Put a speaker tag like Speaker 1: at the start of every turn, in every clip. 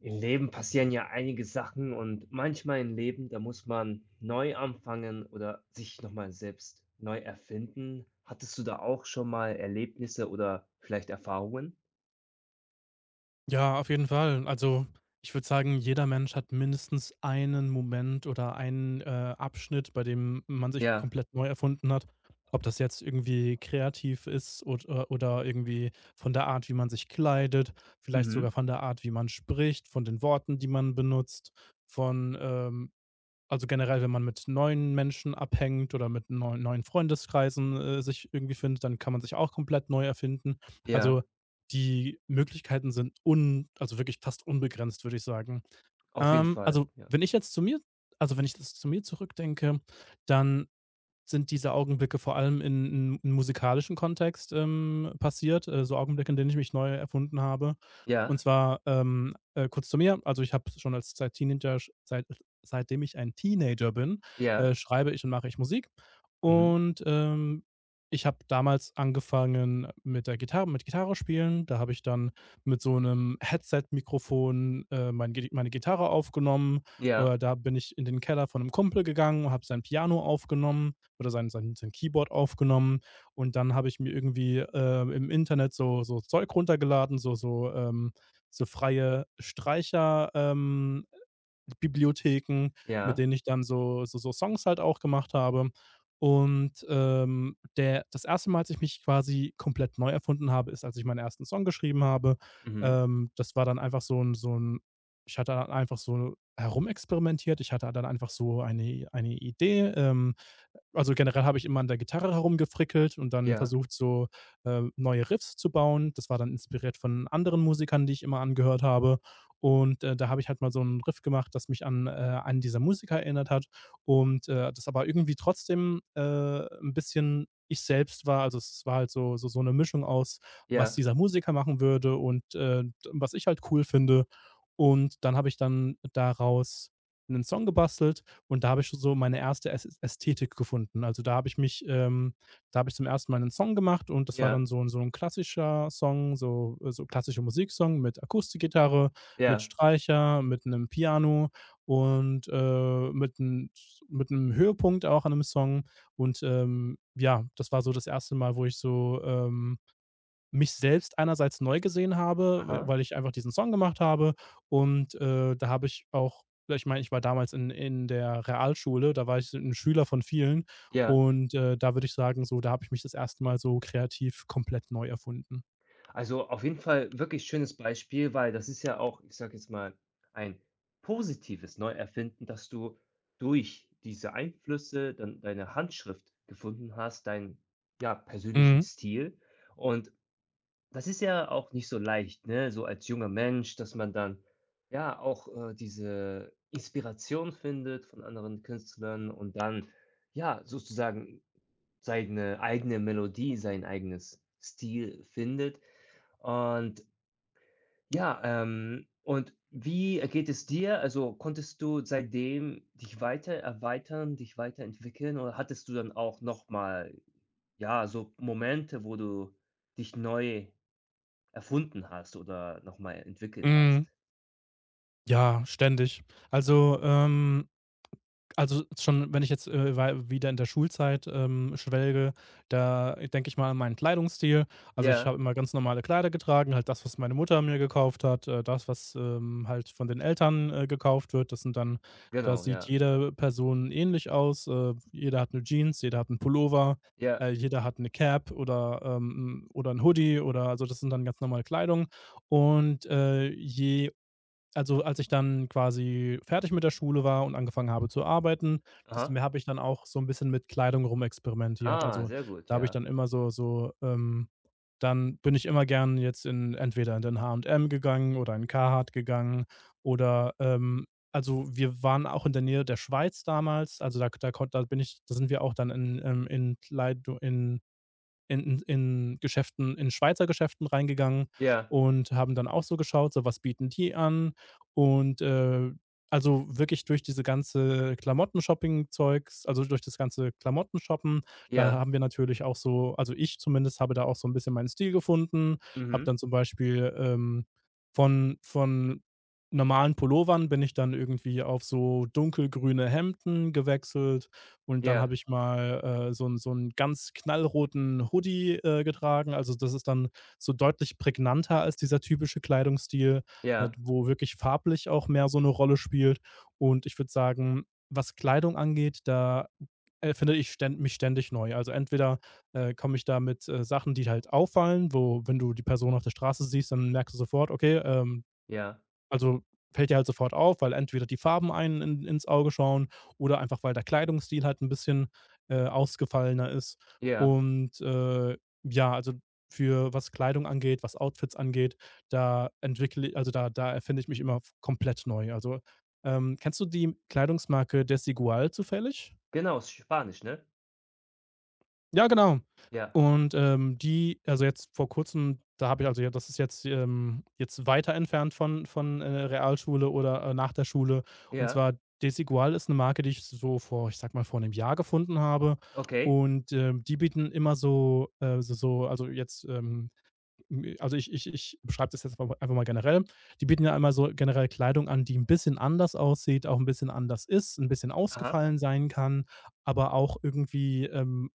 Speaker 1: Im Leben passieren ja einige Sachen und manchmal im Leben, da muss man neu anfangen oder sich nochmal selbst neu erfinden. Hattest du da auch schon mal Erlebnisse oder vielleicht Erfahrungen?
Speaker 2: Ja, auf jeden Fall. Also, ich würde sagen, jeder Mensch hat mindestens einen Moment oder einen, Abschnitt, bei dem man sich
Speaker 1: Ja,
Speaker 2: komplett neu erfunden hat. Ob das jetzt irgendwie kreativ ist oder irgendwie von der Art, wie man sich kleidet, vielleicht sogar
Speaker 1: mhm,
Speaker 2: von der Art, wie man spricht, von den Worten, die man benutzt, von, also, generell, wenn man mit neuen Menschen abhängt oder mit neuen Freundeskreisen, sich irgendwie findet, dann kann man sich auch komplett neu erfinden. Also,
Speaker 1: ja,
Speaker 2: die Möglichkeiten sind un also, wirklich fast unbegrenzt, würde ich sagen.
Speaker 1: auf jeden Fall,
Speaker 2: Also,
Speaker 1: ja.
Speaker 2: wenn ich jetzt zu mir also, wenn ich das zu mir zurückdenke, dann sind diese Augenblicke vor allem in musikalischen Kontext passiert, so Augenblicke, in denen ich mich neu erfunden habe. Und
Speaker 1: ja,
Speaker 2: zwar kurz zu mir, also ich habe schon als seit Teenager, sch- seit, seitdem ich ein Teenager bin,
Speaker 1: ja,
Speaker 2: schreibe ich und mache ich Musik.
Speaker 1: Mhm.
Speaker 2: Und ich habe damals angefangen mit der Gitarre, mit Gitarre spielen. Da habe ich dann mit so einem Headset-Mikrofon meine Gitarre aufgenommen.
Speaker 1: Ja,
Speaker 2: Da bin ich in den Keller von einem Kumpel gegangen, habe sein Piano aufgenommen oder sein Keyboard aufgenommen und dann habe ich mir irgendwie, im Internet so Zeug runtergeladen, so freie Streicher Bibliotheken, mit
Speaker 1: ja,
Speaker 2: denen ich dann so Songs halt auch gemacht habe. Und, der das erste Mal, als ich mich quasi komplett neu erfunden habe, ist, als ich meinen ersten Song geschrieben habe.
Speaker 1: mhm,
Speaker 2: Das war dann einfach so 'n Ich hatte dann einfach so herumexperimentiert. Ich hatte dann einfach so eine Idee. Also, generell habe ich immer an der Gitarre herumgefrickelt und dann
Speaker 1: ja,
Speaker 2: versucht, so, neue Riffs zu bauen. Das war dann inspiriert von anderen Musikern, die ich immer angehört habe. Und, da habe ich halt mal so einen Riff gemacht, das mich an einen dieser Musiker erinnert hat und, das aber irgendwie trotzdem, 'n bisschen ich selbst war. Also, es war halt so eine Mischung aus, was
Speaker 1: ja,
Speaker 2: dieser Musiker machen würde und, was ich halt cool finde. Und dann habe ich dann daraus einen Song gebastelt und da habe ich schon so meine erste Äs Ästhetik gefunden. Also, da habe ich zum ersten Mal einen Song gemacht und das war dann
Speaker 1: ja,
Speaker 2: so ein klassischer Song, so klassischer Musiksong mit Akustikgitarre mit
Speaker 1: ja,
Speaker 2: Streicher, mit einem Piano und, mit 'nem Höhepunkt auch an 'nem Song. Und, ja, das war so das erste Mal, wo ich so, mich selbst einerseits neu gesehen habe, w
Speaker 1: aha,
Speaker 2: weil ich einfach diesen Song gemacht habe. Und, da habe ich auch ja, ich meine, ich war damals in der Realschule, da war ich 'n Schüler von vielen
Speaker 1: ja.
Speaker 2: und, da würde ich sagen, so, da habe ich mich das erste Mal so kreativ komplett neu erfunden.
Speaker 1: Also, auf jeden Fall wirklich schönes Beispiel, weil das ist ja auch, ich sage jetzt mal, ein positives Neuerfinden, dass du durch diese Einflüsse dann deine Handschrift gefunden hast, deinen, ja, persönlichen
Speaker 2: Mhm,
Speaker 1: Stil. Und das ist ja auch nicht so leicht, ne, so als junger Mensch, dass man dann, ja, auch, diese Inspiration findet von anderen Künstlern und dann, ja, sozusagen seine eigene Melodie, sein eigenes Stil findet. Und ja, und wie geht es dir? Also, konntest du seitdem dich weiter erweitern, dich weiterentwickeln oder hattest du dann auch noch mal, ja, so Momente, wo du dich neu erfunden hast oder noch mal entwickelt
Speaker 2: mhm.
Speaker 1: hast?
Speaker 2: Ja, ständig. Also, ähm Also, schon wenn ich jetzt, wei wieder in der Schulzeit, schwelge, da denke ich mal an meinen Kleidungsstil. Also, ich
Speaker 1: Ja,
Speaker 2: habe immer ganz normale Kleider getragen, halt das, was meine Mutter mir gekauft hat, das, was, halt von den Eltern, gekauft wird. Das sind dann Da
Speaker 1: genau,
Speaker 2: sieht
Speaker 1: ja.
Speaker 2: jede Person ähnlich aus. Jeder hat eine Jeans, jeder hat einen Pullover,
Speaker 1: Ja.
Speaker 2: jeder hat eine Cap oder ein Hoodie oder also, das sind dann ganz normale Kleidung. Und, je also, als ich dann quasi fertig mit der Schule war und angefangen habe zu arbeiten, desto
Speaker 1: Aha.
Speaker 2: mehr habe ich dann auch so ein bisschen mit Kleidung rumexperimentiert.
Speaker 1: Ah,
Speaker 2: Also,
Speaker 1: sehr gut,
Speaker 2: da habe ich
Speaker 1: ja.
Speaker 2: dann immer so so, dann bin ich immer gern jetzt in entweder in den H&M gegangen oder in Carhartt gegangen oder, also, wir waren auch in der Nähe der Schweiz damals. Also, da da kon da bin ich da sind wir auch dann in Geschäften in Schweizer Geschäften reingegangen
Speaker 1: Ja,
Speaker 2: und haben dann auch so geschaut, so was bieten die an? Und, also wirklich durch diese ganze Klamotten-Shopping-Zeugs also durch das ganze Klamotten-Shoppen, da
Speaker 1: ja.
Speaker 2: haben wir natürlich auch so also ich zumindest habe da auch so ein bisschen meinen Stil gefunden, habe
Speaker 1: Mhm.
Speaker 2: dann zum Beispiel, von normalen Pullovern bin ich dann irgendwie auf so dunkelgrüne Hemden gewechselt und dann habe
Speaker 1: Ja,
Speaker 2: ich mal, so einen ganz knallroten Hoodie, getragen. Also, das ist dann so deutlich prägnanter als dieser typische Kleidungsstil,
Speaker 1: ja,
Speaker 2: wo wirklich farblich auch mehr so eine Rolle spielt. Und ich würde sagen, was Kleidung angeht, da erfinde ich ständ mich ständig neu. Also, entweder, komme ich da mit, Sachen, die halt auffallen, wo wenn du die Person auf der Straße siehst, dann merkst du sofort: „Okay,
Speaker 1: ja,
Speaker 2: also, fällt dir halt sofort auf, weil entweder die Farben einen in ins Auge schauen oder einfach, weil der Kleidungsstil halt ein bisschen, ausgefallener ist.
Speaker 1: ja.
Speaker 2: Und, ja, also, für was Kleidung angeht, was Outfits angeht, da entwickle also, da da erfinde ich mich immer f komplett neu. Also, kennst du die Kleidungsmarke Desigual zufällig?
Speaker 1: Genau, ist Spanisch, ne?
Speaker 2: Ja, genau.
Speaker 1: Ja,
Speaker 2: Und, die also, jetzt vor Kurzem, da habe ich also, ja, das ist jetzt, jetzt weiter entfernt von Realschule oder, nach der Schule. Und
Speaker 1: ja.
Speaker 2: zwar Desigual ist eine Marke, die ich so vor ich sag mal, vor einem Jahr gefunden habe.
Speaker 1: Okay.
Speaker 2: Und, die bieten immer so, so so also, jetzt, m also, ich beschreibe das jetzt einfach mal generell. Die bieten ja einmal so generell Kleidung an, die ein bisschen anders aussieht, auch ein bisschen anders ist, ein bisschen
Speaker 1: Aha.
Speaker 2: ausgefallen sein kann, aber auch irgendwie,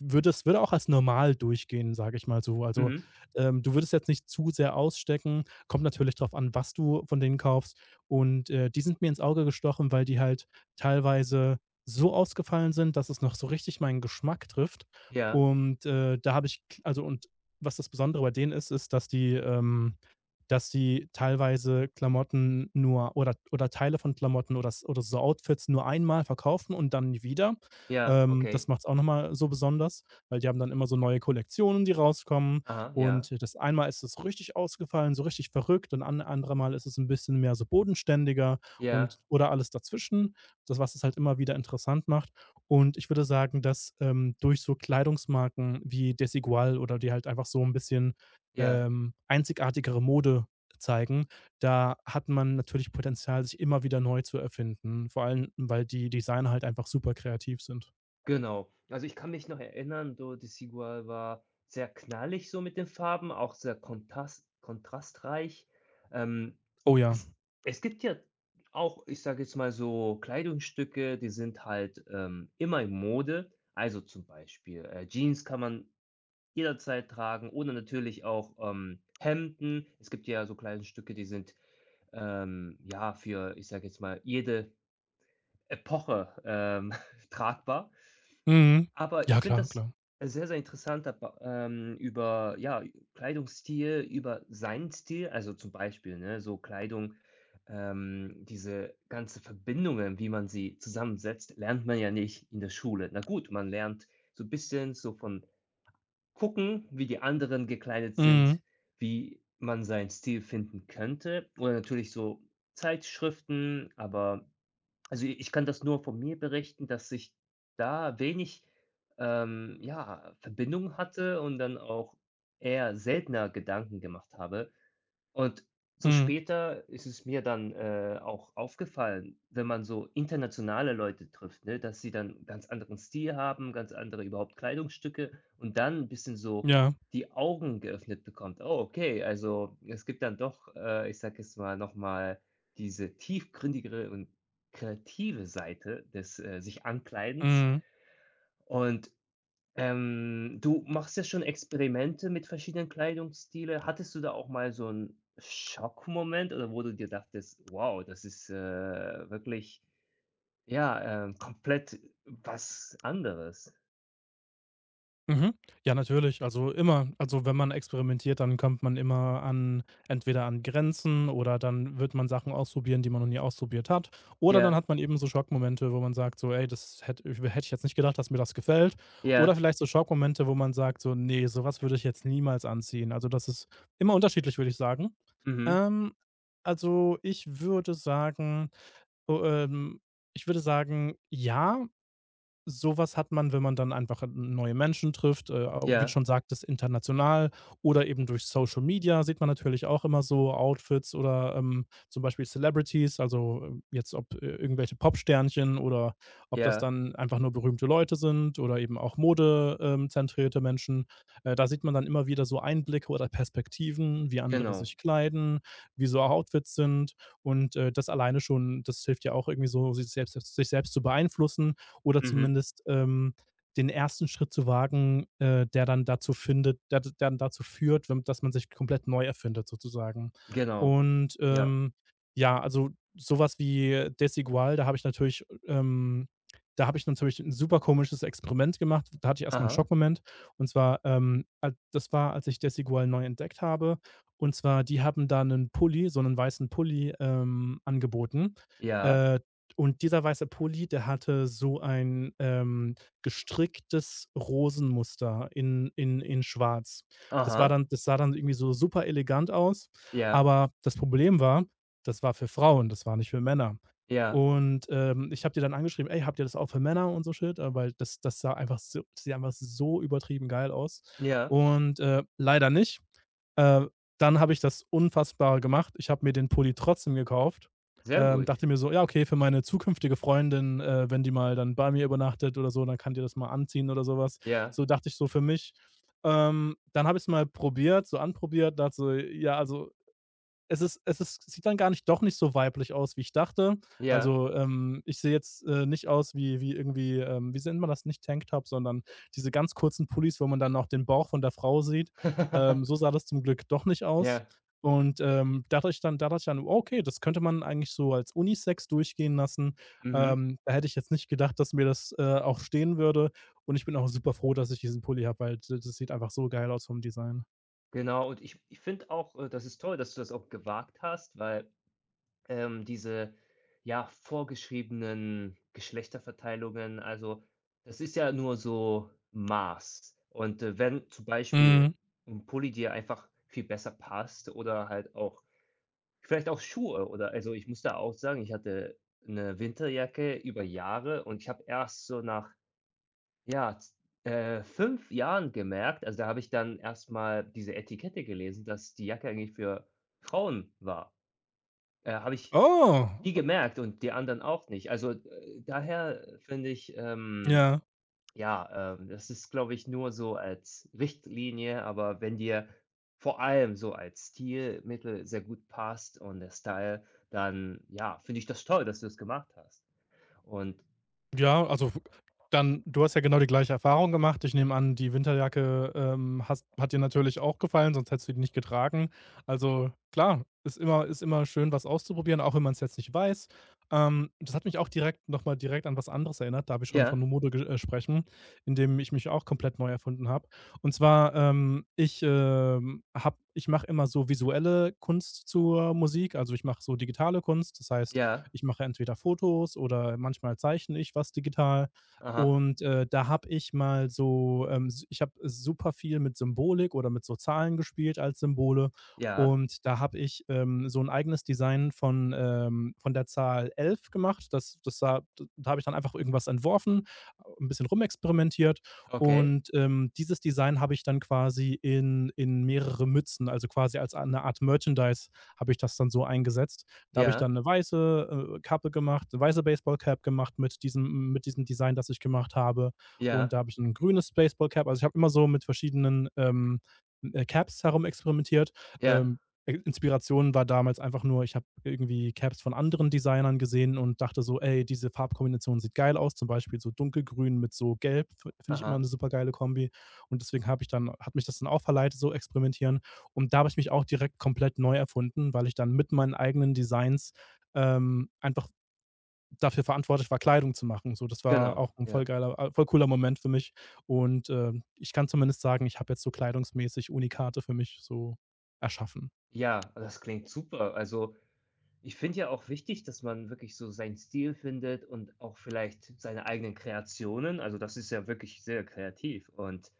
Speaker 2: würde es würde auch als normal durchgehen, sage ich mal so. Also,
Speaker 1: Mhm.
Speaker 2: du würdest jetzt nicht zu sehr ausstecken. Kommt natürlich drauf an, was du von denen kaufst. Und, die sind mir ins Auge gestochen, weil die halt teilweise so ausgefallen sind, dass es noch so richtig meinen Geschmack trifft.
Speaker 1: Ja.
Speaker 2: Und, da habe ich also, und was das Besondere bei denen ist, ist, dass die dass sie teilweise Klamotten nur oder Teile von Klamotten oder s oder so Outfits nur einmal verkaufen und dann nie wieder.
Speaker 1: Ja,
Speaker 2: Das
Speaker 1: okay.
Speaker 2: macht es auch noch mal so besonders, weil die haben dann immer so neue Kollektionen, die rauskommen
Speaker 1: Aha,
Speaker 2: und
Speaker 1: ja.
Speaker 2: das einmal ist es richtig ausgefallen, so richtig verrückt und an andere Mal ist es ein bisschen mehr so bodenständiger
Speaker 1: Ja,
Speaker 2: und oder alles dazwischen, das was es halt immer wieder interessant macht. Und ich würde sagen, dass, durch so Kleidungsmarken wie Desigual oder die halt einfach so ein bisschen,
Speaker 1: ja,
Speaker 2: einzigartigere Mode zeigen, da hat man natürlich Potenzial, sich immer wieder neu zu erfinden, vor allem, weil die Designer halt einfach super kreativ sind.
Speaker 1: genau. Also, ich kann mich noch erinnern, so das Sigual war sehr knallig so mit den Farben, auch sehr kontast kontrastreich. Ähm,
Speaker 2: Oh ja.
Speaker 1: es es gibt ja auch, ich sage jetzt mal so, Kleidungsstücke, die sind halt, immer in Mode. Also, zum Beispiel, Jeans kann man jederzeit tragen oder natürlich auch, Hemden. Es gibt ja so Kleidungsstücke, die sind, ja, für, ich sage jetzt mal, jede Epoche, tragbar.
Speaker 2: Mhm.
Speaker 1: Aber ich
Speaker 2: Ja,
Speaker 1: finde
Speaker 2: klar,
Speaker 1: das
Speaker 2: klar.
Speaker 1: sehr, sehr interessant daba über, ja, Kleidungsstil, über seinen Stil, also zum Beispiel, ne, so Kleidung, diese ganze Verbindungen, wie man sie zusammensetzt, lernt man ja nicht in der Schule. Na gut, man lernt so ein bisschen so von gucken, wie die anderen gekleidet sind,
Speaker 2: Mhm.
Speaker 1: wie man seinen Stil finden könnte oder natürlich so Zeitschriften, aber also, ich kann das nur von mir berichten, dass ich da wenig, ja, Verbindung hatte und dann auch eher seltener Gedanken gemacht habe. Und so
Speaker 2: Mhm.
Speaker 1: später ist es mir dann, auch aufgefallen, wenn man so internationale Leute trifft, ne, dass sie dann ganz anderen Stil haben, ganz andere überhaupt Kleidungsstücke und dann 'n bisschen so
Speaker 2: Ja.
Speaker 1: die Augen geöffnet bekommt. Oh, okay, also es gibt dann doch, ich sage jetzt mal, noch mal diese tiefgründigere und kreative Seite des, sich Ankleidens
Speaker 2: Mhm.
Speaker 1: und du machst ja schon Experimente mit verschiedenen Kleidungsstile. Hattest du da auch mal so 'n Schockmoment oder wo du dir dachtest: „Wow, das ist, wirklich, ja, komplett was anderes?“
Speaker 2: Mhm. Ja, natürlich. Also immer. Also, wenn man experimentiert, dann kommt man immer an entweder an Grenzen oder dann wird man Sachen ausprobieren, die man noch nie ausprobiert hat. Oder dann
Speaker 1: Ja,
Speaker 2: hat man eben so Schockmomente, wo man sagt so: „Ey, das hätte ich jetzt nicht gedacht, dass mir das gefällt.“ Oder
Speaker 1: ja,
Speaker 2: vielleicht so Schockmomente, wo man sagt so: nee, sowas würde ich jetzt niemals anziehen.“ Also, das ist immer unterschiedlich, würde ich sagen.
Speaker 1: mhm,
Speaker 2: Ähm, also, o ähm, ich würde sagen, ja, sowas hat man, wenn man dann einfach, neue Menschen trifft, au wie du
Speaker 1: ja,
Speaker 2: schon sagtest, international oder eben durch Social Media sieht man natürlich auch immer so Outfits oder, zum Beispiel Celebrities, also, irgendwelche Popsternchen oder ob das
Speaker 1: ja,
Speaker 2: dann einfach nur berühmte Leute sind oder eben auch modezentrierte Menschen. Da sieht man dann immer wieder so Einblicke oder Perspektiven, wie andere
Speaker 1: genau,
Speaker 2: sich kleiden, wie so Outfits sind und, das alleine schon das hilft ja auch irgendwie so, sich selbst zu beeinflussen oder
Speaker 1: mhm,
Speaker 2: zumindest, den ersten Schritt zu wagen, der dann dazu findet der d dann dazu führt, wenn dass man sich komplett neu erfindet sozusagen.
Speaker 1: genau,
Speaker 2: Und,
Speaker 1: ja,
Speaker 2: ja, also sowas wie Desigual, da habe ich natürlich ein super komisches Experiment gemacht. Da hatte ich erstmal einen
Speaker 1: aha,
Speaker 2: Schockmoment. Und zwar, al das war, als ich Desigual neu entdeckt habe. Und zwar, die haben da einen Pulli einen weißen Pulli, angeboten,
Speaker 1: ja,
Speaker 2: äh, und dieser weiße Pulli, der hatte so ein, gestricktes Rosenmuster in schwarz.
Speaker 1: aha,
Speaker 2: Das sah dann irgendwie so super elegant aus,
Speaker 1: ja,
Speaker 2: aber das Problem war, das war für Frauen, das war nicht für Männer.
Speaker 1: ja,
Speaker 2: Und, ich habe die dann angeschrieben: „Ey, habt ihr das auch für Männer und so Shit?“ Weil das sah einfach so das sieht einfach so übertrieben geil aus.
Speaker 1: ja,
Speaker 2: Und, leider nicht. Äh, Dann habe ich das Unfassbare gemacht. Ich habe mir den Pulli trotzdem gekauft.
Speaker 1: sehr gut,
Speaker 2: Dachte mir so: „Ja, okay, für meine zukünftige Freundin, wenn die mal dann bei mir übernachtet oder so, dann kann die das mal anziehen“ oder sowas.
Speaker 1: ja,
Speaker 2: So dachte ich so für mich. Dann habe ich es mal probiert so anprobiert, dachte so: „Ja, also es ist sieht dann gar nicht doch nicht so weiblich aus, wie ich dachte.
Speaker 1: ja,
Speaker 2: Also, ich sehe jetzt, nicht aus wie irgendwie, wie nennt man das? Nicht Tanktop, sondern diese ganz kurzen Pullis, wo man dann auch den Bauch von der Frau sieht. So sah das zum Glück doch nicht aus.
Speaker 1: ja,
Speaker 2: Und, da dachte ich dann da dachte ich dann: oh, „Okay, das könnte man eigentlich so als Unisex durchgehen lassen.“
Speaker 1: mhm.
Speaker 2: Da hätte ich jetzt nicht gedacht, dass mir das, auch stehen würde. Und ich bin auch super froh, dass ich diesen Pulli habe, weil d das sieht einfach so geil aus vom Design.
Speaker 1: Genau, und ich finde auch, das ist toll, dass du das auch gewagt hast, weil, diese, ja, vorgeschriebenen Geschlechterverteilungen, also, das ist ja nur so Maß. Und, wenn zum Beispiel
Speaker 2: Mhm.
Speaker 1: 'n Pulli dir einfach viel besser passt oder halt auch vielleicht auch Schuhe oder also, ich muss da auch sagen, ich hatte eine Winterjacke über Jahre und ich habe erst so nach ja, z 5 Jahren gemerkt also, da habe ich dann erstmal diese Etikette gelesen, dass die Jacke eigentlich für Frauen war. Habe ich
Speaker 2: Oh.
Speaker 1: nie gemerkt und die anderen auch nicht. Also, daher finde ich,
Speaker 2: Ja.
Speaker 1: ja, das ist, glaube ich, nur so als Richtlinie, aber wenn dir vor allem so als Stilmittel sehr gut passt und der Style, dann, ja, finde ich das toll, dass du es gemacht hast. Und
Speaker 2: Ja, also dann du hast ja genau die gleiche Erfahrung gemacht. Ich nehme an, die Winterjacke, hast hat dir natürlich auch gefallen, sonst hättest du die nicht getragen. Also klar, ist immer schön, was auszuprobieren, auch wenn man es jetzt nicht weiß. Das hat mich auch direkt noch mal direkt an was anderes erinnert, da wir schon von
Speaker 1: ja,
Speaker 2: Mode ge sprechen, in dem ich mich auch komplett neu erfunden habe. Und zwar, ich, habe ich mache immer so visuelle Kunst zur Musik. Also, ich mache so digitale Kunst. Das heißt
Speaker 1: ja,
Speaker 2: ich mache entweder Fotos oder manchmal zeichne ich was digital.
Speaker 1: aha,
Speaker 2: Und, da habe ich mal so, s ich habe super viel mit Symbolik oder mit so Zahlen gespielt als Symbole.
Speaker 1: ja,
Speaker 2: Und da habe ich, so ein eigenes Design von der Zahl 11 gemacht. Das das sah Da habe ich dann einfach irgendwas entworfen, ein bisschen rumexperimentiert
Speaker 1: okay,
Speaker 2: und, dieses Design habe ich dann quasi in mehrere Mützen, also quasi als eine Art Merchandise habe ich das dann so eingesetzt. Da habe ich
Speaker 1: ja.
Speaker 2: dann eine weiße, Kappe gemacht 'ne weiße Baseballcap gemacht mit diesem Design, das ich gemacht habe. Und da
Speaker 1: Ja,
Speaker 2: habe ich ein grünes Baseballcap. Also, ich habe immer so mit verschiedenen, Caps herumexperimentiert.
Speaker 1: ja,
Speaker 2: Ähm, I Inspiration war damals einfach nur, ich habe irgendwie Caps von anderen Designern gesehen und dachte so: „Ey, diese Farbkombination sieht geil aus.“ Zum Beispiel so dunkelgrün mit so gelb, f finde ich immer eine
Speaker 1: aha,
Speaker 2: super geile Kombi. Und deswegen habe ich dann hat mich das dann auch verleitet, so experimentieren. Und da habe ich mich auch direkt komplett neu erfunden, weil ich dann mit meinen eigenen Designs, einfach dafür verantwortlich war, Kleidung zu machen. So, das war
Speaker 1: genau,
Speaker 2: auch ein
Speaker 1: ja.
Speaker 2: voll cooler Moment für mich. Und, ich kann zumindest sagen, ich habe jetzt so kleidungsmäßig Unikate für mich so erschaffen.
Speaker 1: Ja, das klingt super. Also, ich finde ja auch wichtig, dass man wirklich so seinen Stil findet und auch vielleicht seine eigenen Kreationen. Also, das ist ja wirklich sehr kreativ und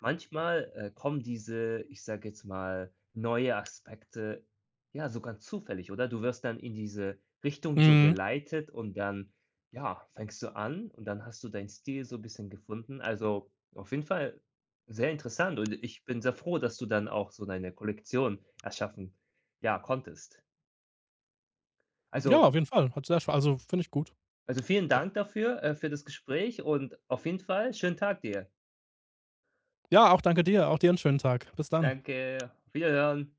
Speaker 1: manchmal, kommen diese, ich sage jetzt mal, neue Aspekte, ja, sogar zufällig, oder? Du wirst dann in diese Richtung so
Speaker 2: Mhm.
Speaker 1: geleitet und dann, ja, fängst du an und dann hast du deinen Stil so 'n bisschen gefunden. Also, auf jeden Fall sehr interessant und ich bin sehr froh, dass du dann auch so deine Kollektion erschaffen, ja, konntest.
Speaker 2: Ja,
Speaker 1: Also,
Speaker 2: auf jeden Fall. Hat sehr Spa also, finde ich gut.
Speaker 1: Also, vielen
Speaker 2: Ja.
Speaker 1: Dank dafür, für das Gespräch und auf jeden Fall schönen Tag dir.
Speaker 2: Ja, auch danke dir. Auch dir einen schönen Tag. Bis dann.
Speaker 1: Danke, auf Wiederhören.